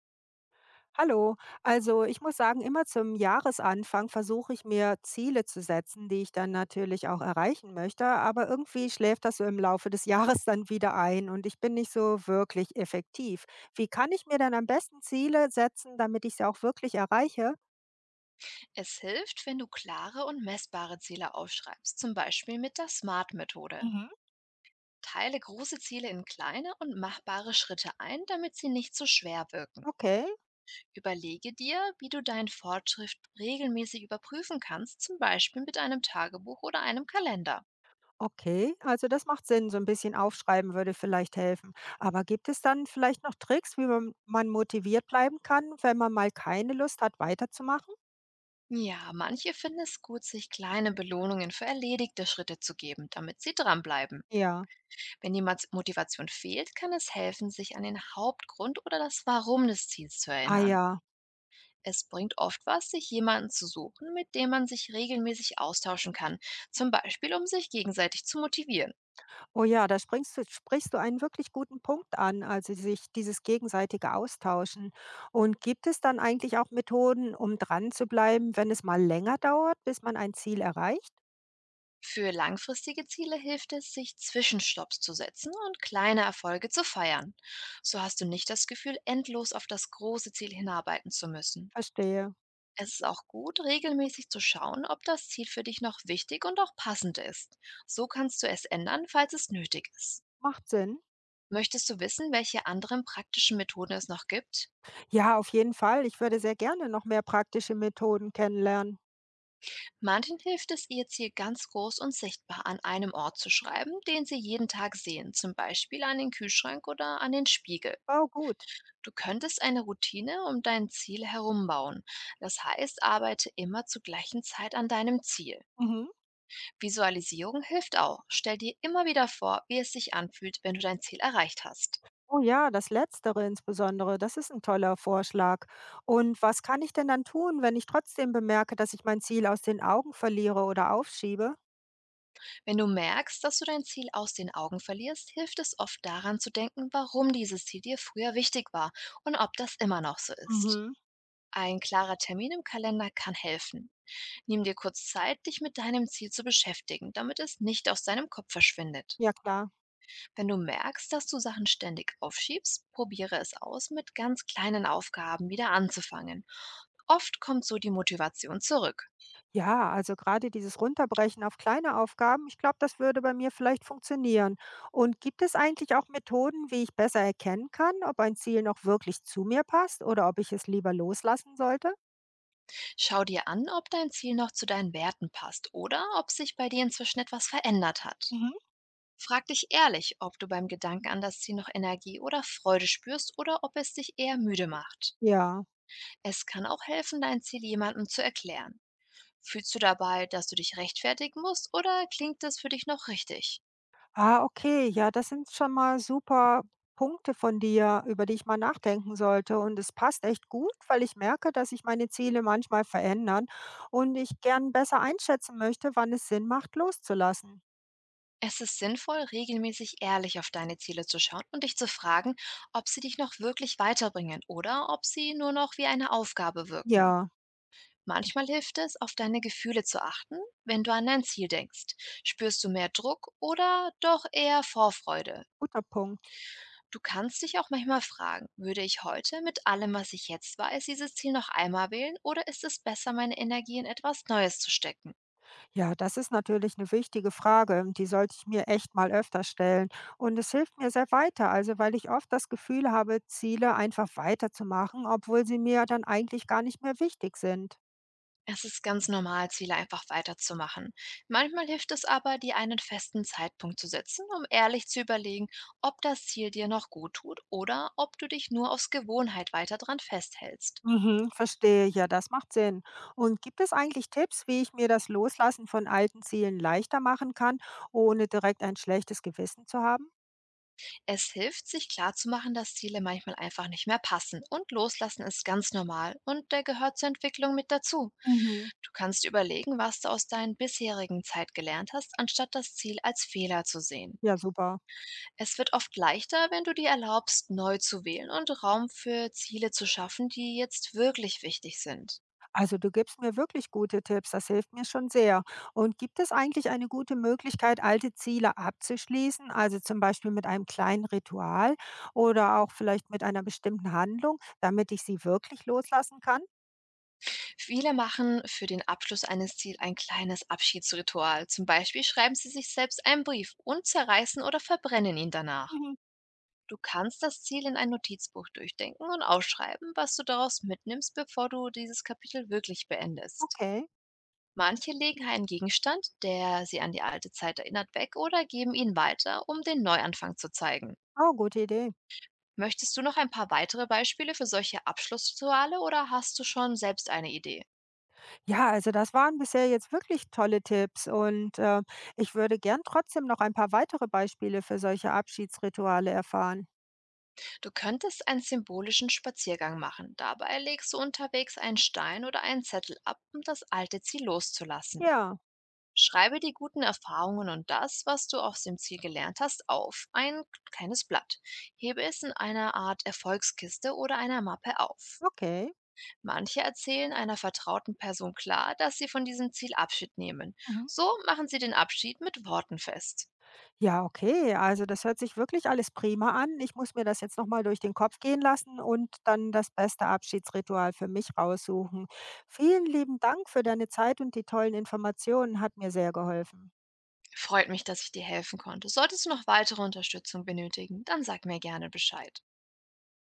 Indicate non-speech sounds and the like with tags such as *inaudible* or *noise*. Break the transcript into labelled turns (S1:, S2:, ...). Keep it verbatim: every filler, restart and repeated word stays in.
S1: Hallo, also ich muss sagen, immer zum Jahresanfang versuche ich mir Ziele zu setzen, die ich dann natürlich auch erreichen möchte, aber irgendwie schläft das so im Laufe des *laughs* Jahres dann wieder ein und ich bin nicht so wirklich effektiv. Wie kann ich mir dann am besten Ziele setzen, damit ich sie auch wirklich erreiche?
S2: Es hilft, wenn du klare und messbare Ziele aufschreibst, zum Beispiel mit der SMART-Methode.
S1: Mhm.
S2: Teile große Ziele in kleine und machbare Schritte ein, damit sie nicht zu schwer wirken.
S1: Okay,
S2: Überlege dir, wie du deinen Fortschritt regelmäßig überprüfen kannst, zum Beispiel mit einem Tagebuch oder einem Kalender.
S1: okay, also das macht Sinn, so ein bisschen aufschreiben würde vielleicht helfen. Aber gibt es dann vielleicht noch Tricks, wie man man motiviert bleiben kann, wenn man mal keine Lust hat, weiterzumachen?
S2: Ja, manche finden es gut, sich kleine Belohnungen für erledigte Schritte zu geben, damit sie dranbleiben.
S1: Ja.
S2: Wenn die Mats- Motivation fehlt, kann es helfen, sich an den Hauptgrund oder das Warum des Ziels zu
S1: Ah
S2: erinnern.
S1: ja.
S2: Es bringt oft was, sich jemanden zu suchen, mit dem man sich regelmäßig austauschen kann, zum Beispiel um sich gegenseitig zu motivieren.
S1: Oh ja, da springst du sprichst du einen wirklich guten Punkt an, also sich dieses gegenseitige Austauschen. Und gibt es dann eigentlich auch Methoden, um dran zu bleiben, wenn es mal länger dauert, bis man ein Ziel erreicht?
S2: Für langfristige Ziele hilft es, sich Zwischenstopps zu setzen und kleine Erfolge zu feiern. So hast du nicht das Gefühl, endlos auf das große Ziel hinarbeiten zu müssen.
S1: Verstehe.
S2: Es ist auch gut, regelmäßig zu schauen, ob das Ziel für dich noch wichtig und auch passend ist. So kannst du es ändern, falls es nötig ist.
S1: Macht Sinn.
S2: Möchtest du wissen, welche anderen praktischen Methoden es noch gibt?
S1: Ja, auf jeden Fall. Ich würde sehr gerne noch mehr praktische Methoden kennenlernen.
S2: Manchen hilft es, ihr Ziel ganz groß und sichtbar an einem Ort zu schreiben, den sie jeden Tag sehen, zum Beispiel an den Kühlschrank oder an den Spiegel.
S1: Oh, gut.
S2: Du könntest eine Routine um dein Ziel herum bauen. Das heißt, arbeite immer zur gleichen Zeit an deinem Ziel.
S1: Mhm.
S2: Visualisierung hilft auch. Stell dir immer wieder vor, wie es sich anfühlt, wenn du dein Ziel erreicht hast.
S1: Oh ja, das Letztere insbesondere, das ist ein toller Vorschlag. Und was kann ich denn dann tun, wenn ich trotzdem bemerke, dass ich mein Ziel aus den Augen verliere oder aufschiebe?
S2: Wenn du merkst, dass du dein Ziel aus den Augen verlierst, hilft es oft daran zu denken, warum dieses Ziel dir früher wichtig war und ob das immer noch so ist.
S1: Mhm.
S2: Ein klarer Termin im Kalender kann helfen. Nimm dir kurz Zeit, dich mit deinem Ziel zu beschäftigen, damit es nicht aus deinem Kopf verschwindet.
S1: Ja, klar.
S2: Wenn du merkst, dass du Sachen ständig aufschiebst, probiere es aus, mit ganz kleinen Aufgaben wieder anzufangen. Oft kommt so die Motivation zurück.
S1: Ja, also gerade dieses Runterbrechen auf kleine Aufgaben, ich glaube, das würde bei mir vielleicht funktionieren. Und gibt es eigentlich auch Methoden, wie ich besser erkennen kann, ob ein Ziel noch wirklich zu mir passt oder ob ich es lieber loslassen sollte?
S2: Schau dir an, ob dein Ziel noch zu deinen Werten passt oder ob sich bei dir inzwischen etwas verändert hat.
S1: Mhm.
S2: Frag dich ehrlich, ob du beim Gedanken an das Ziel noch Energie oder Freude spürst oder ob es dich eher müde macht.
S1: Ja.
S2: Es kann auch helfen, dein Ziel jemandem zu erklären. Fühlst du dabei, dass du dich rechtfertigen musst oder klingt das für dich noch richtig?
S1: Ah, okay. Ja, das sind schon mal super Punkte von dir, über die ich mal nachdenken sollte. Und es passt echt gut, weil ich merke, dass sich meine Ziele manchmal verändern und ich gern besser einschätzen möchte, wann es Sinn macht, loszulassen.
S2: Es ist sinnvoll, regelmäßig ehrlich auf deine Ziele zu schauen und dich zu fragen, ob sie dich noch wirklich weiterbringen oder ob sie nur noch wie eine Aufgabe wirken.
S1: Ja,
S2: Manchmal hilft es, auf deine Gefühle zu achten, wenn du an dein Ziel denkst. Spürst du mehr Druck oder doch eher Vorfreude?
S1: guter Punkt.
S2: Du kannst dich auch manchmal fragen, würde ich heute mit allem, was ich jetzt weiß, dieses Ziel noch einmal wählen oder ist es besser, meine Energie in etwas Neues zu stecken?
S1: Ja, das ist natürlich eine wichtige Frage. Die sollte ich mir echt mal öfter stellen. Und es hilft mir sehr weiter, also weil ich oft das Gefühl habe, Ziele einfach weiterzumachen, obwohl sie mir dann eigentlich gar nicht mehr wichtig sind.
S2: Es ist ganz normal, Ziele einfach weiterzumachen. Manchmal hilft es aber, dir einen festen Zeitpunkt zu setzen, um ehrlich zu überlegen, ob das Ziel dir noch gut tut oder ob du dich nur aus Gewohnheit weiter dran festhältst.
S1: Mhm, verstehe. Ja, das macht Sinn. Und gibt es eigentlich Tipps, wie ich mir das Loslassen von alten Zielen leichter machen kann, ohne direkt ein schlechtes Gewissen zu haben?
S2: Es hilft, sich klarzumachen, dass Ziele manchmal einfach nicht mehr passen und loslassen ist ganz normal und der gehört zur Entwicklung mit dazu.
S1: Mhm.
S2: Du kannst überlegen, was du aus deinen bisherigen Zeit gelernt hast, anstatt das Ziel als Fehler zu sehen.
S1: Ja, super.
S2: Es wird oft leichter, wenn du dir erlaubst, neu zu wählen und Raum für Ziele zu schaffen, die jetzt wirklich wichtig sind.
S1: Also du gibst mir wirklich gute Tipps, das hilft mir schon sehr. Und gibt es eigentlich eine gute Möglichkeit, alte Ziele abzuschließen, also zum Beispiel mit einem kleinen Ritual oder auch vielleicht mit einer bestimmten Handlung, damit ich sie wirklich loslassen kann?
S2: Viele machen für den Abschluss eines Ziels ein kleines Abschiedsritual. Zum Beispiel schreiben sie sich selbst einen Brief und zerreißen oder verbrennen ihn danach.
S1: Mhm.
S2: Du kannst das Ziel in ein Notizbuch durchdenken und aufschreiben, was du daraus mitnimmst, bevor du dieses Kapitel wirklich beendest.
S1: Okay.
S2: Manche legen einen Gegenstand, der sie an die alte Zeit erinnert, weg oder geben ihn weiter, um den Neuanfang zu zeigen.
S1: Oh, gute Idee.
S2: Möchtest du noch ein paar weitere Beispiele für solche Abschlussrituale oder hast du schon selbst eine Idee?
S1: Ja, also das waren bisher jetzt wirklich tolle Tipps und äh, ich würde gern trotzdem noch ein paar weitere Beispiele für solche Abschiedsrituale erfahren.
S2: Du könntest einen symbolischen Spaziergang machen. Dabei legst du unterwegs einen Stein oder einen Zettel ab, um das alte Ziel loszulassen.
S1: Ja,
S2: Schreibe die guten Erfahrungen und das, was du aus dem Ziel gelernt hast, auf ein kleines Blatt. Hebe es in einer Art Erfolgskiste oder einer Mappe auf.
S1: okay.
S2: Manche erzählen einer vertrauten Person klar, dass sie von diesem Ziel Abschied nehmen.
S1: Mhm.
S2: So machen sie den Abschied mit Worten fest.
S1: Ja, okay. Also das hört sich wirklich alles prima an. Ich muss mir das jetzt nochmal durch den Kopf gehen lassen und dann das beste Abschiedsritual für mich raussuchen. Vielen lieben Dank für deine Zeit und die tollen Informationen. Hat mir sehr geholfen.
S2: Freut mich, dass ich dir helfen konnte. Solltest du noch weitere Unterstützung benötigen, dann sag mir gerne Bescheid.